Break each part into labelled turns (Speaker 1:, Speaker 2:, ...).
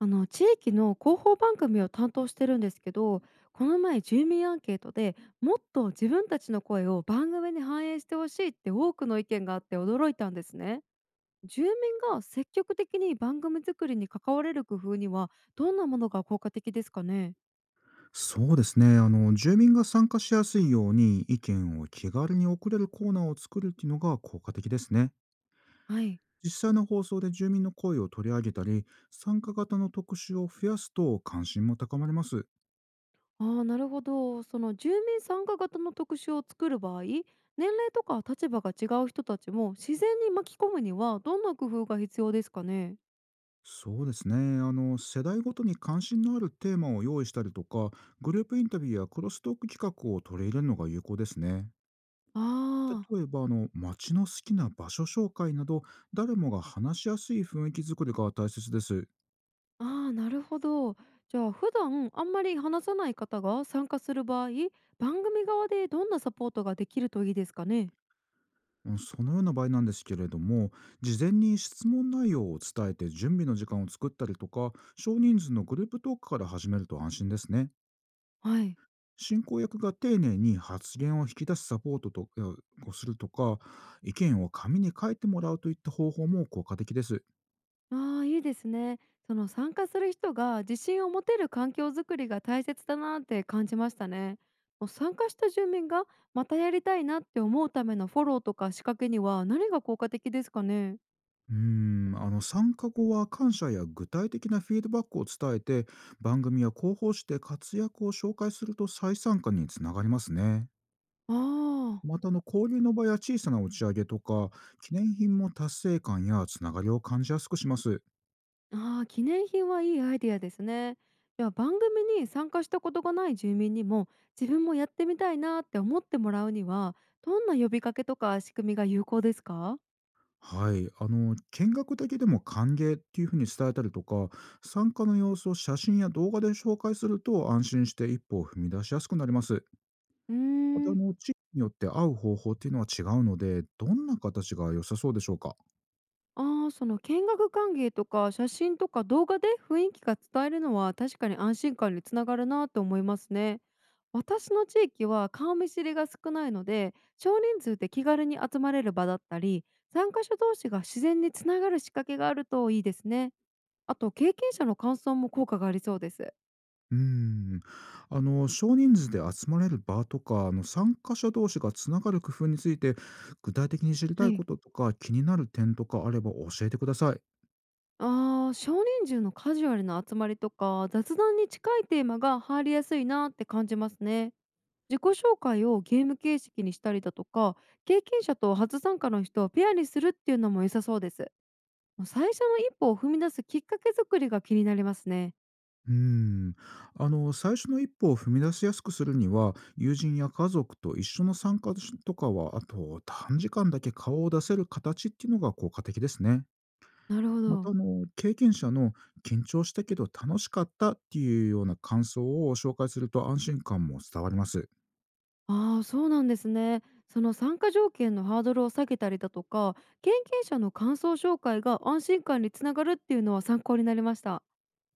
Speaker 1: あの地域の広報番組を担当してるんですけど、この前住民アンケートでもっと自分たちの声を番組に反映してほしいって多くの意見があって驚いたんですね。住民が積極的に番組作りに関われる工夫にはどんなものが効果的ですかね？
Speaker 2: そうですね。住民が参加しやすいように意見を気軽に送れるコーナーを作るっていうのが効果的ですね。
Speaker 1: はい。
Speaker 2: 実際の放送で住民の声を取り上げたり、参加型の特集を増やすと関心も高まります。
Speaker 1: あーなるほど。その住民参加型の特集を作る場合、年齢とか立場が違う人たちも自然に巻き込むにはどんな工夫が必要ですかね？
Speaker 2: そうですね。世代ごとに関心のあるテーマを用意したりとか、グループインタビューやクロストーク企画を取り入れるのが有効ですね。
Speaker 1: ああー。
Speaker 2: 例えば、街の好きな場所紹介など、誰もが話しやすい雰囲気作りが大切です。
Speaker 1: ああ、なるほど。じゃあ普段あんまり話さない方が参加する場合、番組側でどんなサポートができるといいですかね。
Speaker 2: うん、そのような場合なんですけれども、事前に質問内容を伝えて準備の時間を作ったりとか、少人数のグループトークから始めると安心ですね。
Speaker 1: はい。
Speaker 2: 進行役が丁寧に発言を引き出すサポートとかをするとか、意見を紙に書いてもらうといった方法も効果的です。
Speaker 1: ああ、いいですね。その参加する人が自信を持てる環境づくりが大切だなって感じましたね。もう参加した住民がまたやりたいなって思うためのフォローとか仕掛けには何が効果的ですかね。
Speaker 2: 参加後は感謝や具体的なフィードバックを伝えて、番組や広報誌で活躍を紹介すると再参加につながりますね。
Speaker 1: ああ。
Speaker 2: また交流の場や小さな打ち上げとか記念品も達成感やつながりを感じやすくします。
Speaker 1: ああ、記念品はいいアイデアですね。じゃあ番組に参加したことがない住民にも自分もやってみたいなって思ってもらうにはどんな呼びかけとか仕組みが有効ですか？
Speaker 2: はい、見学だけでも歓迎っていうふうに伝えたりとか、参加の様子を写真や動画で紹介すると安心して一歩を踏み出しやすくなります。
Speaker 1: うー
Speaker 2: また
Speaker 1: ん。
Speaker 2: 地域によって会う方法っていうのは違うので、どんな形が良さそうでしょうか？
Speaker 1: ああ。その見学歓迎とか写真とか動画で雰囲気が伝えるのは確かに安心感につながるなと思いますね。私の地域は顔見知りが少ないので少人数で気軽に集まれる場だったり、参加者同士が自然につながる仕掛けがあるといいですね。あと経験者の感想も効果がありそうです。
Speaker 2: うーん。少人数で集まれる場とか、参加者同士がつながる工夫について、具体的に知りた
Speaker 1: は
Speaker 2: いこ
Speaker 1: い。
Speaker 2: ととか、気になる点とかあれば教えてください。
Speaker 1: ああ、少人数のカジュアルな集まりとか雑談に近いテーマが入りやすいなって感じますね。自己紹介をゲーム形式にしたりだとか、経験者と初参加の人をペアにするっていうのも良さそうです。最初の一歩を踏み出すきっかけ作りが気になりますね。
Speaker 2: うーん。最初の一歩を踏み出しやすくするには、友人や家族と一緒の参加とかは、あと、短時間だけ顔を出せる形っていうのが効果的ですね。
Speaker 1: なるほ
Speaker 2: また、
Speaker 1: ど。
Speaker 2: 経験者の緊張したけど楽しかったっていうような感想を紹介すると安心感も伝わります。
Speaker 1: ああ、そうなんですね。その参加条件のハードルを下げたりだとか、経験者の感想紹介が安心感につながるっていうのは参考になりました。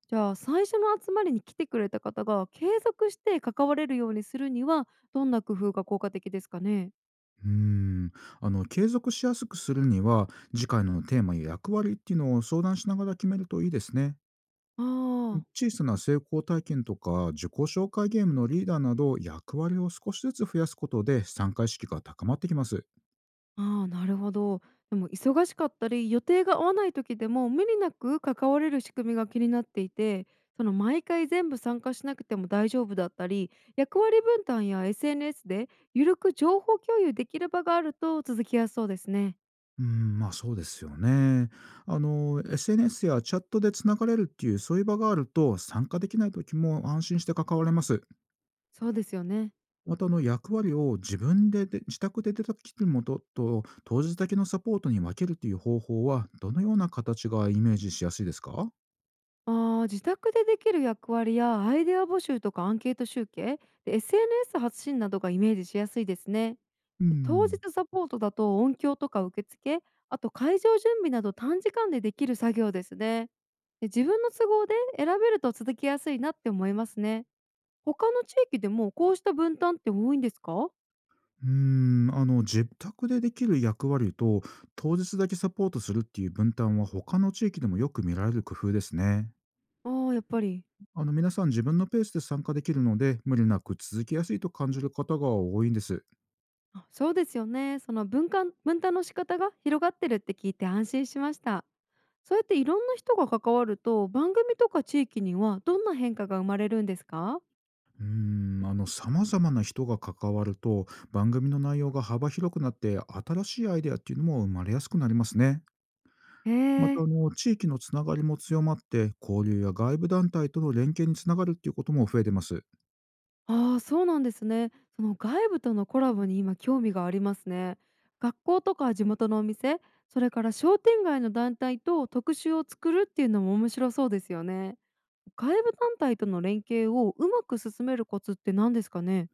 Speaker 1: じゃあ最初の集まりに来てくれた方が継続して関われるようにするにはどんな工夫が効果的ですかね。
Speaker 2: うーん継続しやすくするには次回のテーマや役割っていうのを相談しながら決めるといいですね。
Speaker 1: ああ。
Speaker 2: 小さな成功体験とか自己紹介ゲームのリーダーなど役割を少しずつ増やすことで参加意識が高まってきます。
Speaker 1: ああ、なるほど。でも忙しかったり予定が合わない時でも無理なく関われる仕組みが気になっていて、その毎回全部参加しなくても大丈夫だったり、役割分担や SNS でゆるく情報共有できる場があると続きやすそうですね。
Speaker 2: まあそうですよね。SNS やチャットでつながれるっていうそういう場があると参加できない時も安心して関われます。
Speaker 1: そうですよね。
Speaker 2: また役割を自分で自宅で出た切るもとと当日だけのサポートに分けるという方法は、どのような形がイメージしやすいですか？
Speaker 1: ああ、自宅でできる役割やアイデア募集とかアンケート集計で SNS 発信などがイメージしやすいですね。
Speaker 2: う
Speaker 1: 当日
Speaker 2: ん、
Speaker 1: サポートだと音響とか受付、あと会場準備など短時間でできる作業ですね。で自分の都合で選べると続きやすいなって思いますね。他の地域でもこうした分担って多いんですか？
Speaker 2: うー自宅でできる役割と当日だけサポートするっていう分担は他の地域でもよく見られる工夫ですね。
Speaker 1: ああーやっぱり。
Speaker 2: 皆さん自分のペースで参加できるので無理なく続きやすいと感じる方が多いんです。
Speaker 1: あ、そうですよね。その分担の仕方が広がってるって聞いて安心しました。そうやっていろんな人が関わると番組とか地域にはどんな変化が生まれるんですか？
Speaker 2: うー様々な人が関わると、番組の内容が幅広くなって、新しいアイデアっていうのも生まれやすくなりますね。
Speaker 1: へ
Speaker 2: また、
Speaker 1: え。
Speaker 2: 地域のつながりも強まって、交流や外部団体との連携につながるっていうことも増えてます。
Speaker 1: ああーそうなんですね。その外部とのコラボに今興味がありますね。学校とか地元のお店、それから商店街の団体と特集を作るっていうのも面白そうですよね。外部団体との連携をうまく進めるコツって何ですかね？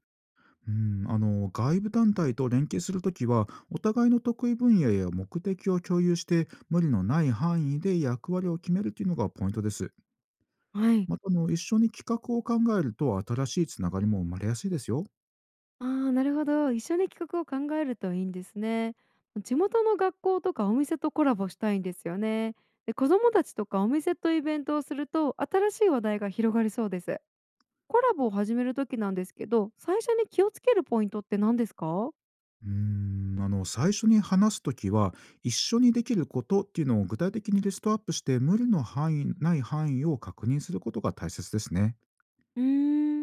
Speaker 2: うん、外部団体と連携するときは、お互いの得意分野や目的を共有して、無理のない範囲で役割を決めるっていうのがポイントです。
Speaker 1: はい。
Speaker 2: また、一緒に企画を考えると、新しいつながりも生まれやすいですよ。
Speaker 1: ああ、なるほど。一緒に企画を考えるといいんですね。地元の学校とかお店とコラボしたいんですよね。で、子供たちとかお店とイベントをすると新しい話題が広がりそうです。コラボを始める時なんですけど、最初に気をつけるポイントって何ですか？
Speaker 2: うー最初に話すときは、一緒にできることっていうのを具体的にリストアップして、無理の範囲ない範囲を確認することが大切ですね。
Speaker 1: うー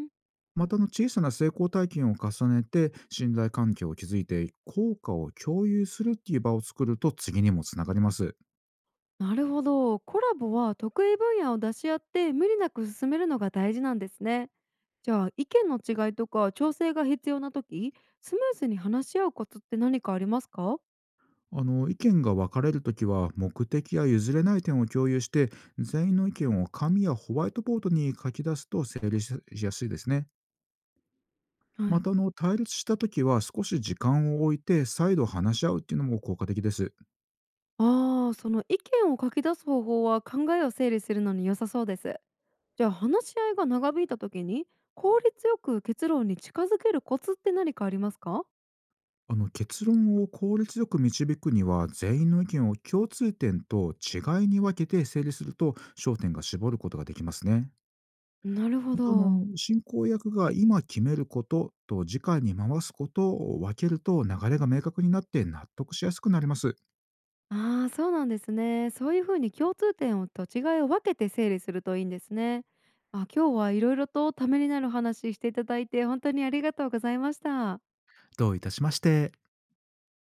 Speaker 1: ん
Speaker 2: また、小さな成功体験を重ねて、信頼関係を築いて、効果を共有するっていう場を作ると次にもつながります。
Speaker 1: なるほど。コラボは得意分野を出し合って無理なく進めるのが大事なんですね。じゃあ意見の違いとか調整が必要な時、スムーズに話し合うコツって何かありますか？
Speaker 2: 意見が分かれるときは、目的や譲れない点を共有して、全員の意見を紙やホワイトボードに書き出すと整理しやすいですね。
Speaker 1: は
Speaker 2: ま
Speaker 1: い。
Speaker 2: た対立した時は少し時間を置いて再度話し合うっていうのも効果的です。
Speaker 1: ああ、その意見を書き出す方法は考えを整理するのに良さそうです。じゃあ話し合いが長引いた時に効率よく結論に近づけるコツって何かありますか？
Speaker 2: 結論を効率よく導くには全員の意見を共通点と違いに分けて整理すると焦点が絞ることができますね。
Speaker 1: なるほ
Speaker 2: また
Speaker 1: ど。
Speaker 2: 進行役が今決めることと次回に回すことを分けると流れが明確になって納得しやすくなります。
Speaker 1: ああ、そうなんですね。そういうふうに共通点をと違いを分けて整理するといいんですね。あ、今日はいろいろとためになる話していただいて本当にありがとうございました。
Speaker 2: どういたしまして。